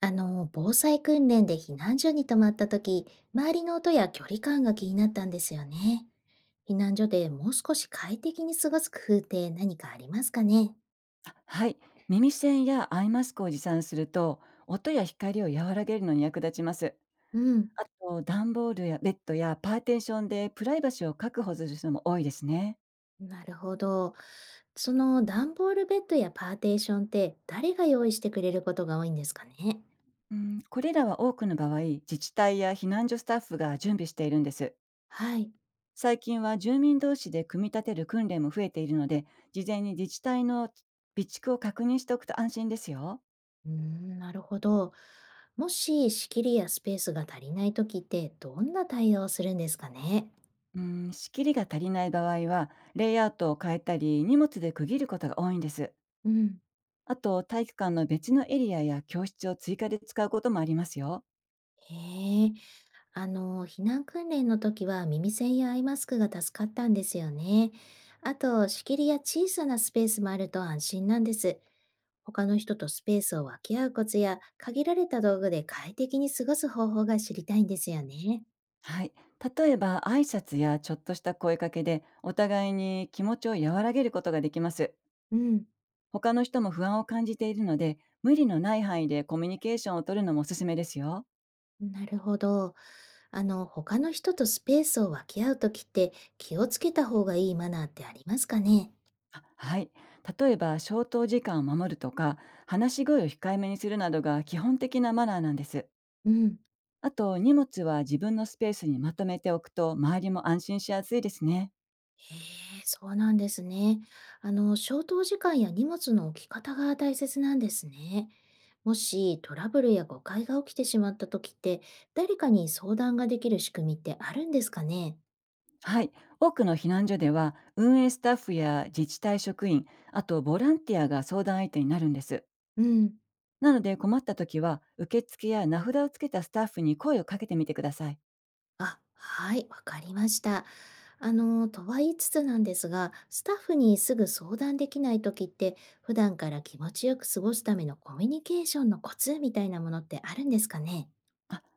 防災訓練で避難所に泊まった時、周りの音や距離感が気になったんですよね。避難所でもう少し快適に過ごす工夫って何かありますかね？はい、耳栓やアイマスクを持参すると音や光を和らげるのに役立ちます。うん。あと段ボールやベッドやパーテーションでプライバシーを確保する人も多いですね。なるほど。その段ボールベッドやパーテーションって誰が用意してくれることが多いんですかね？うん、これらは多くの場合自治体や避難所スタッフが準備しているんです。はい。最近は住民同士で組み立てる訓練も増えているので、事前に自治体の備蓄を確認しておくと安心ですよ。うーん、なるほど。もし仕切りやスペースが足りない時ってどんな対応をするんですかね？うん、仕切りが足りない場合はレイアウトを変えたり荷物で区切ることが多いんです。うん。あと、体育館の別のエリアや教室を追加で使うこともありますよ。へえ。避難訓練の時は耳栓やアイマスクが助かったんですよね。あと、仕切りや小さなスペースもあると安心なんです。他の人とスペースを分け合うコツや、限られた道具で快適に過ごす方法が知りたいんですよね。はい。例えば、挨拶やちょっとした声かけで、お互いに気持ちを和らげることができます。うん、他の人も不安を感じているので、無理のない範囲でコミュニケーションを取るのもおすすめですよ。なるほど。他の人とスペースを分け合う時って気をつけた方がいいマナーってありますかね？あ、はい。例えば、消灯時間を守るとか、話し声を控えめにするなどが基本的なマナーなんです。うん。あと、荷物は自分のスペースにまとめておくと、周りも安心しやすいですね。へえ、そうなんですね。消灯時間や荷物の置き方が大切なんですね。もしトラブルや誤解が起きてしまった時って、誰かに相談ができる仕組みってあるんですかね？はい。多くの避難所では、運営スタッフや自治体職員、あとボランティアが相談相手になるんです。うん。なので、困った時は、受付や名札をつけたスタッフに声をかけてみてください。あ、はい、わかりました。とは言いつつなんですが、スタッフにすぐ相談できない時って、普段から気持ちよく過ごすためのコミュニケーションのコツみたいなものってあるんですかね？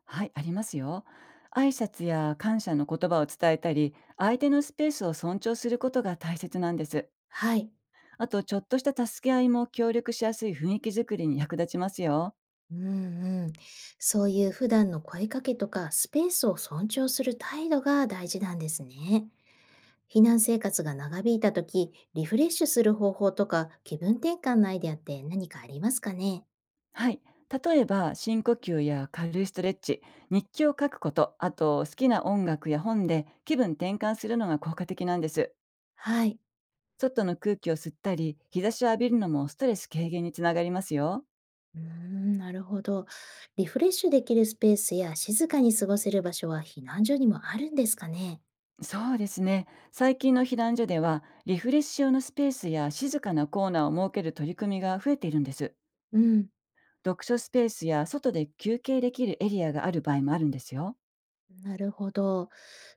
はい、ありますよ。挨拶や感謝の言葉を伝えたり、相手のスペースを尊重することが大切なんです。はい。あと、ちょっとした助け合いも協力しやすい雰囲気づくりに役立ちますよ。うんうん。そういう普段の声かけとかスペースを尊重する態度が大事なんですね。避難生活が長引いた時、リフレッシュする方法とか気分転換のアイデアって何かありますかね？はい。例えば、深呼吸や軽いストレッチ、日記を書くこと、あと、好きな音楽や本で気分転換するのが効果的なんです。はい。外の空気を吸ったり、日差しを浴びるのもストレス軽減につながりますよ。うーん、なるほど。リフレッシュできるスペースや静かに過ごせる場所は避難所にもあるんですかね？そうですね。最近の避難所では、リフレッシュ用のスペースや静かなコーナーを設ける取り組みが増えているんです。うん。読書スペースや外で休憩できるエリアがある場合もあるんですよ。なるほど。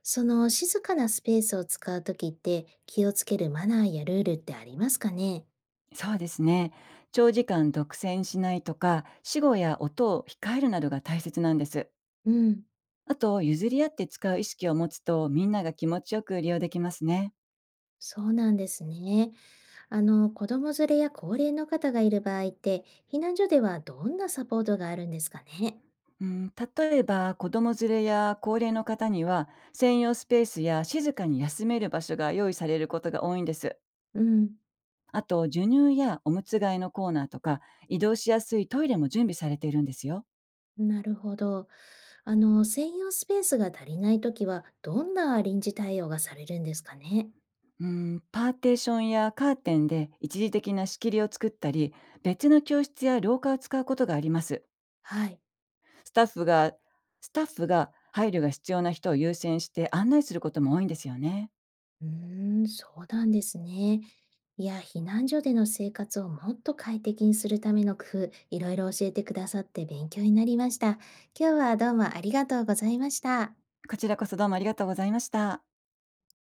その静かなスペースを使う時って気をつけるマナーやルールってありますかね？そうですね。長時間独占しないとか、死語や音を控えるなどが大切なんです。うん。あと、譲り合って使う意識を持つと、みんなが気持ちよく利用できますね。そうなんですね。子供連れや高齢の方がいる場合って、避難所ではどんなサポートがあるんですかね。うん、例えば、子供連れや高齢の方には、専用スペースや静かに休める場所が用意されることが多いんです。うん、あと、授乳やおむつ替えのコーナーとか、移動しやすいトイレも準備されているんですよ。なるほど。専用スペースが足りないときは、どんな臨時対応がされるんですかね。うん、パーテーションやカーテンで一時的な仕切りを作ったり、別の教室や廊下を使うことがあります。はい。スタッフが、スタッフが配慮が必要な人を優先して案内することも多いんですよね。うーん、そうなんですね。いや、避難所での生活をもっと快適にするための工夫、いろいろ教えてくださって勉強になりました。今日はどうもありがとうございました。こちらこそどうもありがとうございました。